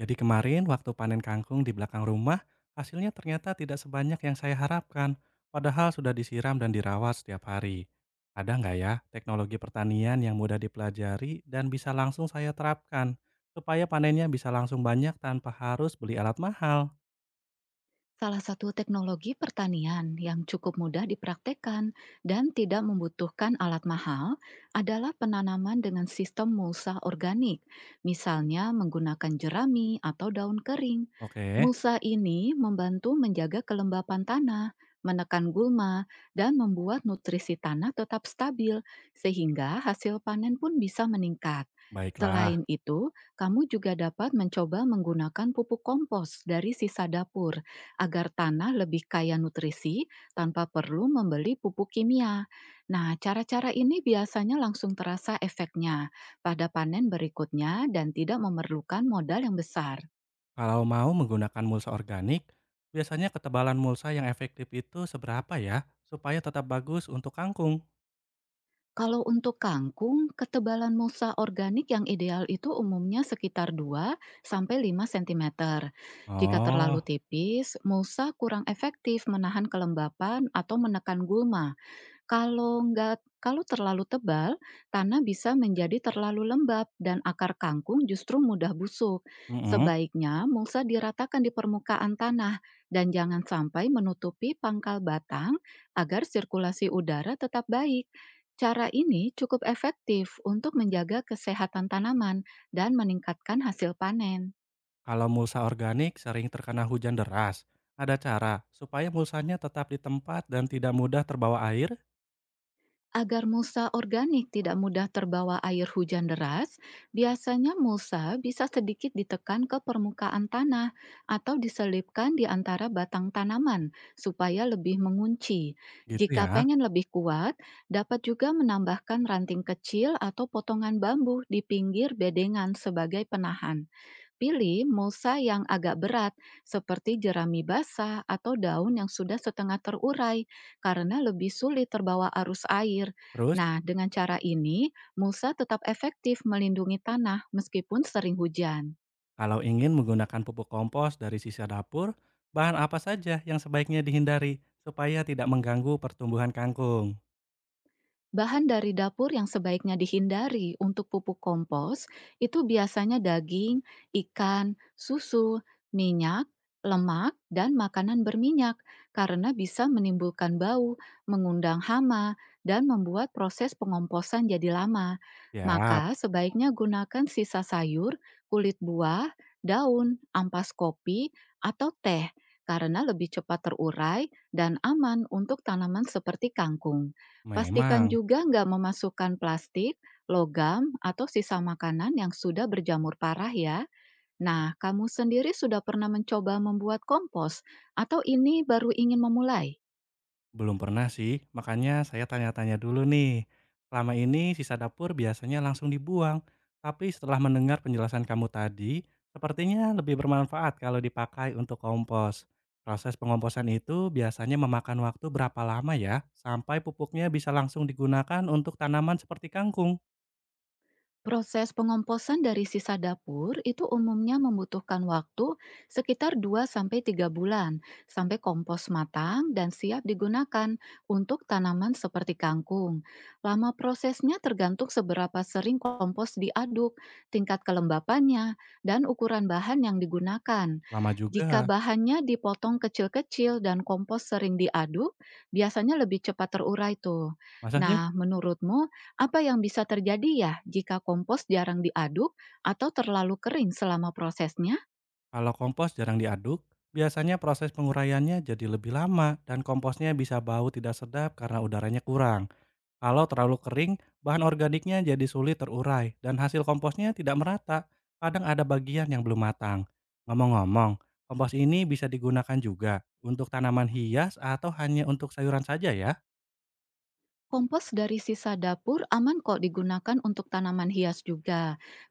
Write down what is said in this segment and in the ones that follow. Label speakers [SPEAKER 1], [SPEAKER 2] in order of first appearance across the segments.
[SPEAKER 1] Jadi kemarin waktu panen kangkung di belakang rumah, hasilnya ternyata tidak sebanyak yang saya harapkan, padahal sudah disiram dan dirawat setiap hari. Ada nggak ya teknologi pertanian yang mudah dipelajari dan bisa langsung saya terapkan, supaya panennya bisa langsung banyak tanpa harus beli alat mahal?
[SPEAKER 2] Salah satu teknologi pertanian yang cukup mudah dipraktekkan dan tidak membutuhkan alat mahal adalah penanaman dengan sistem mulsa organik, misalnya menggunakan jerami atau daun kering.
[SPEAKER 1] Oke,
[SPEAKER 2] Mulsa ini membantu menjaga kelembapan tanah, menekan gulma, dan membuat nutrisi tanah tetap stabil, sehingga hasil panen pun bisa meningkat.
[SPEAKER 1] baiklah.
[SPEAKER 2] Selain itu, kamu juga dapat mencoba menggunakan pupuk kompos dari sisa dapur agar tanah lebih kaya nutrisi tanpa perlu membeli pupuk kimia. Nah, cara-cara ini biasanya langsung terasa efeknya pada panen berikutnya dan tidak memerlukan modal yang besar.
[SPEAKER 1] Kalau mau menggunakan mulsa organik, biasanya ketebalan mulsa yang efektif itu seberapa ya, supaya tetap bagus untuk kangkung?
[SPEAKER 2] Kalau untuk kangkung, ketebalan musa organik yang ideal itu umumnya sekitar 2 sampai 5 sentimeter. Jika terlalu
[SPEAKER 1] Oh.
[SPEAKER 2] tipis, musa kurang efektif menahan kelembapan atau menekan gulma. Kalau nggak kalau terlalu tebal, tanah bisa menjadi terlalu lembab dan akar kangkung justru mudah busuk.
[SPEAKER 1] mm
[SPEAKER 2] Sebaiknya mulsa diratakan di permukaan tanah dan jangan sampai menutupi pangkal batang agar sirkulasi udara tetap baik. Cara ini cukup efektif untuk menjaga kesehatan tanaman dan meningkatkan hasil panen.
[SPEAKER 1] Kalau mulsa organik sering terkena hujan deras, ada cara supaya mulsanya tetap di tempat dan tidak mudah terbawa air,
[SPEAKER 2] Agar mulsa organik tidak mudah terbawa air hujan deras, biasanya mulsa bisa sedikit ditekan ke permukaan tanah atau diselipkan di antara batang tanaman supaya lebih mengunci.
[SPEAKER 1] gitu
[SPEAKER 2] Jika
[SPEAKER 1] ya.
[SPEAKER 2] pengen lebih kuat, dapat juga menambahkan ranting kecil atau potongan bambu di pinggir bedengan sebagai penahan. Pilih mulsa yang agak berat, seperti jerami basah atau daun yang sudah setengah terurai, karena lebih sulit terbawa arus air.
[SPEAKER 1] Terus,
[SPEAKER 2] Nah, dengan cara ini, mulsa tetap efektif melindungi tanah meskipun sering hujan.
[SPEAKER 1] kalau ingin menggunakan pupuk kompos dari sisa dapur, bahan apa saja yang sebaiknya dihindari supaya tidak mengganggu pertumbuhan kangkung?
[SPEAKER 2] Bahan dari dapur yang sebaiknya dihindari untuk pupuk kompos itu biasanya daging, ikan, susu, minyak, lemak, dan makanan berminyak karena bisa menimbulkan bau, mengundang hama, dan membuat proses pengomposan jadi lama.
[SPEAKER 1] Ya,
[SPEAKER 2] Maka sebaiknya gunakan sisa sayur, kulit buah, daun, ampas kopi, atau teh karena lebih cepat terurai dan aman untuk tanaman seperti kangkung. Pastikan
[SPEAKER 1] memang.
[SPEAKER 2] juga nggak memasukkan plastik, logam, atau sisa makanan yang sudah berjamur parah ya. Nah, kamu sendiri sudah pernah mencoba membuat kompos, atau ini baru ingin memulai?
[SPEAKER 1] Belum pernah sih, makanya saya tanya-tanya dulu nih. Selama ini sisa dapur biasanya langsung dibuang, tapi setelah mendengar penjelasan kamu tadi, sepertinya lebih bermanfaat kalau dipakai untuk kompos. Proses pengomposan itu biasanya memakan waktu berapa lama ya, sampai pupuknya bisa langsung digunakan untuk tanaman seperti kangkung?
[SPEAKER 2] Proses pengomposan dari sisa dapur itu umumnya membutuhkan waktu sekitar dua sampai tiga bulan sampai kompos matang dan siap digunakan untuk tanaman seperti kangkung. Lama prosesnya tergantung seberapa sering kompos diaduk, tingkat kelembapannya, dan ukuran bahan yang digunakan.
[SPEAKER 1] Lama
[SPEAKER 2] Jika
[SPEAKER 1] juga,
[SPEAKER 2] bahannya dipotong kecil-kecil dan kompos sering diaduk, biasanya lebih cepat terurai tuh.
[SPEAKER 1] masa sih?
[SPEAKER 2] Nah, menurutmu apa yang bisa terjadi ya jika kompos jarang diaduk atau terlalu kering selama prosesnya?
[SPEAKER 1] Kalau kompos jarang diaduk, biasanya proses penguraiannya jadi lebih lama dan komposnya bisa bau tidak sedap karena udaranya kurang. Kalau terlalu kering, bahan organiknya jadi sulit terurai dan hasil komposnya tidak merata. Kadang ada bagian yang belum matang. Ngomong-ngomong, kompos ini bisa digunakan juga untuk tanaman hias atau hanya untuk sayuran saja ya?
[SPEAKER 2] Kompos dari sisa dapur aman kok digunakan untuk tanaman hias juga,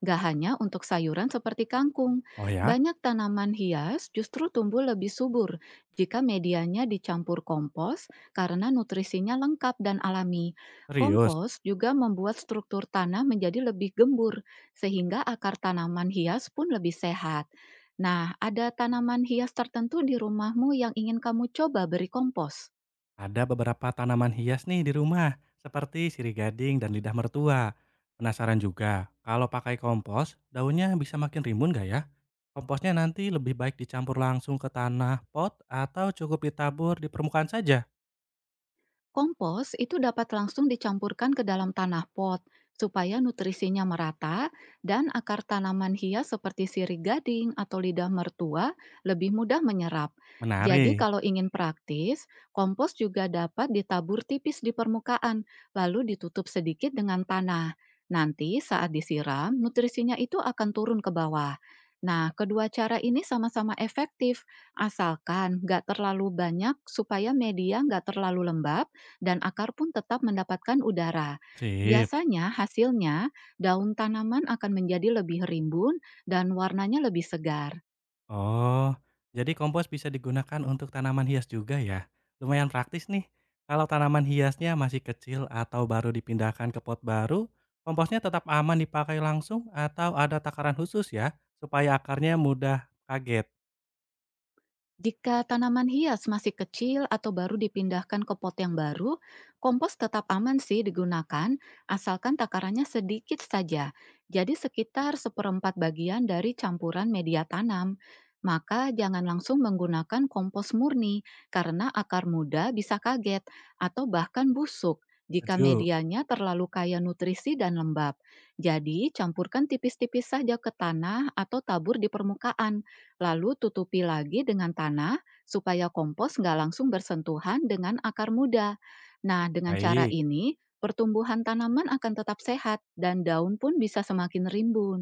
[SPEAKER 2] gak hanya untuk sayuran seperti kangkung.
[SPEAKER 1] Oh ya?
[SPEAKER 2] Banyak tanaman hias justru tumbuh lebih subur jika medianya dicampur kompos karena nutrisinya lengkap dan alami.
[SPEAKER 1] Serius?
[SPEAKER 2] Kompos juga membuat struktur tanah menjadi lebih gembur, sehingga akar tanaman hias pun lebih sehat. Nah, ada tanaman hias tertentu di rumahmu yang ingin kamu coba beri kompos?
[SPEAKER 1] Ada beberapa tanaman hias nih di rumah, seperti sirih gading dan lidah mertua. Penasaran juga, kalau pakai kompos, daunnya bisa makin rimbun gak ya? Komposnya nanti lebih baik dicampur langsung ke tanah pot atau cukup ditabur di permukaan saja?
[SPEAKER 2] Kompos itu dapat langsung dicampurkan ke dalam tanah pot supaya nutrisinya merata dan akar tanaman hias seperti sirih gading atau lidah mertua lebih mudah menyerap. Jadi
[SPEAKER 1] Menarik.
[SPEAKER 2] kalau ingin praktis, kompos juga dapat ditabur tipis di permukaan lalu ditutup sedikit dengan tanah. Nanti saat disiram, nutrisinya itu akan turun ke bawah. Nah, kedua cara ini sama-sama efektif, asalkan nggak terlalu banyak supaya media nggak terlalu lembab dan akar pun tetap mendapatkan udara.
[SPEAKER 1] Sip.
[SPEAKER 2] Biasanya hasilnya daun tanaman akan menjadi lebih rimbun dan warnanya lebih segar.
[SPEAKER 1] Oh, jadi kompos bisa digunakan untuk tanaman hias juga ya? Lumayan praktis nih. Kalau tanaman hiasnya masih kecil atau baru dipindahkan ke pot baru, komposnya tetap aman dipakai langsung atau ada takaran khusus ya, supaya akarnya mudah kaget.
[SPEAKER 2] Jika tanaman hias masih kecil atau baru dipindahkan ke pot yang baru, kompos tetap aman sih digunakan, asalkan takarannya sedikit saja, jadi sekitar seperempat bagian dari campuran media tanam. Maka jangan langsung menggunakan kompos murni, karena akar muda bisa kaget atau bahkan busuk jika
[SPEAKER 1] Setuju.
[SPEAKER 2] medianya terlalu kaya nutrisi dan lembab. Jadi, campurkan tipis-tipis saja ke tanah atau tabur di permukaan, lalu tutupi lagi dengan tanah supaya kompos nggak langsung bersentuhan dengan akar muda. Nah, dengan cara
[SPEAKER 1] Baik.
[SPEAKER 2] ini, pertumbuhan tanaman akan tetap sehat dan daun pun bisa semakin rimbun.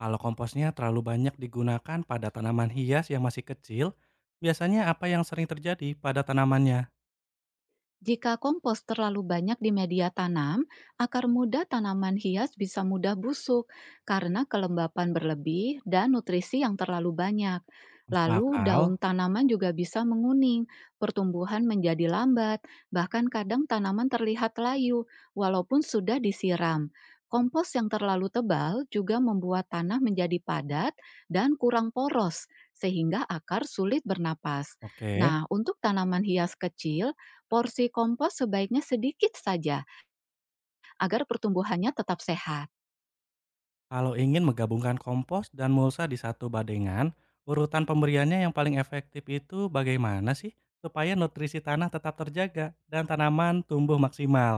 [SPEAKER 1] Kalau komposnya terlalu banyak digunakan pada tanaman hias yang masih kecil, biasanya apa yang sering terjadi pada tanamannya?
[SPEAKER 2] Jika kompos terlalu banyak di media tanam, akar muda tanaman hias bisa mudah busuk karena kelembapan berlebih dan nutrisi yang terlalu banyak.
[SPEAKER 1] Masuk
[SPEAKER 2] Lalu,
[SPEAKER 1] akal?
[SPEAKER 2] daun tanaman juga bisa menguning, pertumbuhan menjadi lambat, bahkan kadang tanaman terlihat layu walaupun sudah disiram. Kompos yang terlalu tebal juga membuat tanah menjadi padat dan kurang poros, sehingga akar sulit bernapas.
[SPEAKER 1] Oke.
[SPEAKER 2] Nah, untuk tanaman hias kecil, porsi kompos sebaiknya sedikit saja agar pertumbuhannya tetap sehat.
[SPEAKER 1] Kalau ingin menggabungkan kompos dan mulsa di satu badengan, urutan pemberiannya yang paling efektif itu bagaimana sih supaya nutrisi tanah tetap terjaga dan tanaman tumbuh maksimal?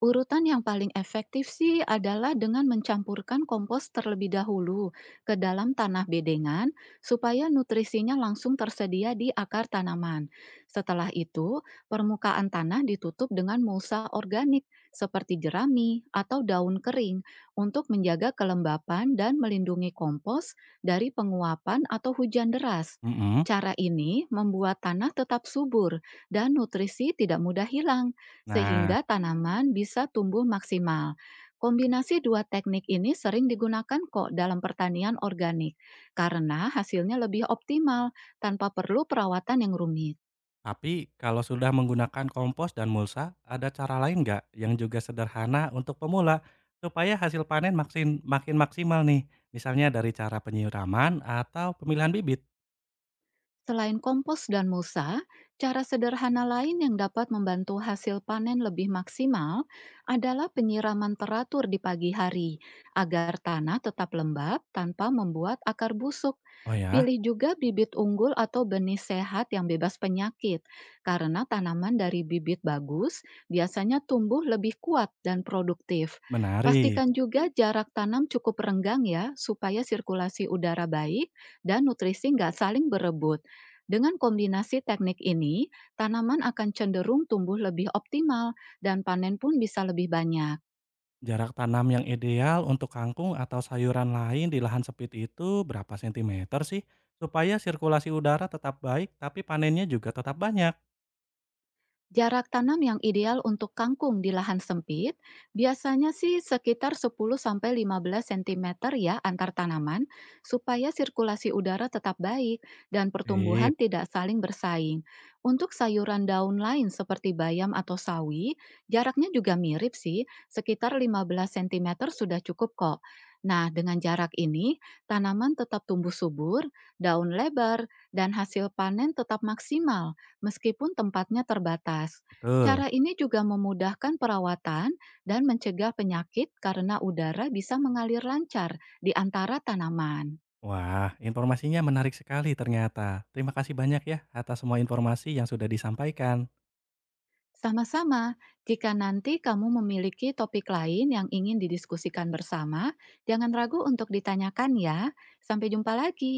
[SPEAKER 2] Urutan yang paling efektif sih adalah dengan mencampurkan kompos terlebih dahulu ke dalam tanah bedengan supaya nutrisinya langsung tersedia di akar tanaman. Setelah itu, permukaan tanah ditutup dengan mulsa organik seperti jerami atau daun kering untuk menjaga kelembapan dan melindungi kompos dari penguapan atau hujan deras.
[SPEAKER 1] Mm-mm.
[SPEAKER 2] Cara ini membuat tanah tetap subur dan nutrisi tidak mudah hilang
[SPEAKER 1] Nah,
[SPEAKER 2] sehingga tanaman bisa tumbuh maksimal. Kombinasi dua teknik ini sering digunakan kok dalam pertanian organik karena hasilnya lebih optimal tanpa perlu perawatan yang rumit.
[SPEAKER 1] tapi kalau sudah menggunakan kompos dan mulsa, ada cara lain nggak yang juga sederhana untuk pemula supaya hasil panen makin maksimal nih? Misalnya dari cara penyiraman atau pemilihan bibit.
[SPEAKER 2] Selain kompos dan musa, cara sederhana lain yang dapat membantu hasil panen lebih maksimal adalah penyiraman teratur di pagi hari agar tanah tetap lembab tanpa membuat akar busuk.
[SPEAKER 1] Oh ya,
[SPEAKER 2] Pilih juga bibit unggul atau benih sehat yang bebas penyakit, karena tanaman dari bibit bagus biasanya tumbuh lebih kuat dan produktif.
[SPEAKER 1] menarik.
[SPEAKER 2] Pastikan juga jarak tanam cukup renggang ya, supaya sirkulasi udara baik dan nutrisi nggak saling berebut. Dengan kombinasi teknik ini, tanaman akan cenderung tumbuh lebih optimal dan panen pun bisa lebih banyak.
[SPEAKER 1] Jarak tanam yang ideal untuk kangkung atau sayuran lain di lahan sempit itu berapa sentimeter sih? Supaya sirkulasi udara tetap baik, tapi panennya juga tetap banyak.
[SPEAKER 2] Jarak tanam yang ideal untuk kangkung di lahan sempit biasanya sih sekitar 10-15 cm ya antar tanaman supaya sirkulasi udara tetap baik dan
[SPEAKER 1] Sip,
[SPEAKER 2] pertumbuhan tidak saling bersaing. Untuk sayuran daun lain seperti bayam atau sawi, jaraknya juga mirip sih, sekitar 15 cm sudah cukup kok. Nah, dengan jarak ini, tanaman tetap tumbuh subur, daun lebar, dan hasil panen tetap maksimal. Meskipun tempatnya terbatas,
[SPEAKER 1] betul.
[SPEAKER 2] cara ini juga memudahkan perawatan dan mencegah penyakit karena udara bisa mengalir lancar di antara tanaman.
[SPEAKER 1] Wah, informasinya menarik sekali ternyata. Terima kasih banyak ya atas semua informasi yang sudah disampaikan.
[SPEAKER 2] Sama-sama, jika nanti kamu memiliki topik lain yang ingin didiskusikan bersama, jangan ragu untuk ditanyakan ya. Sampai jumpa lagi.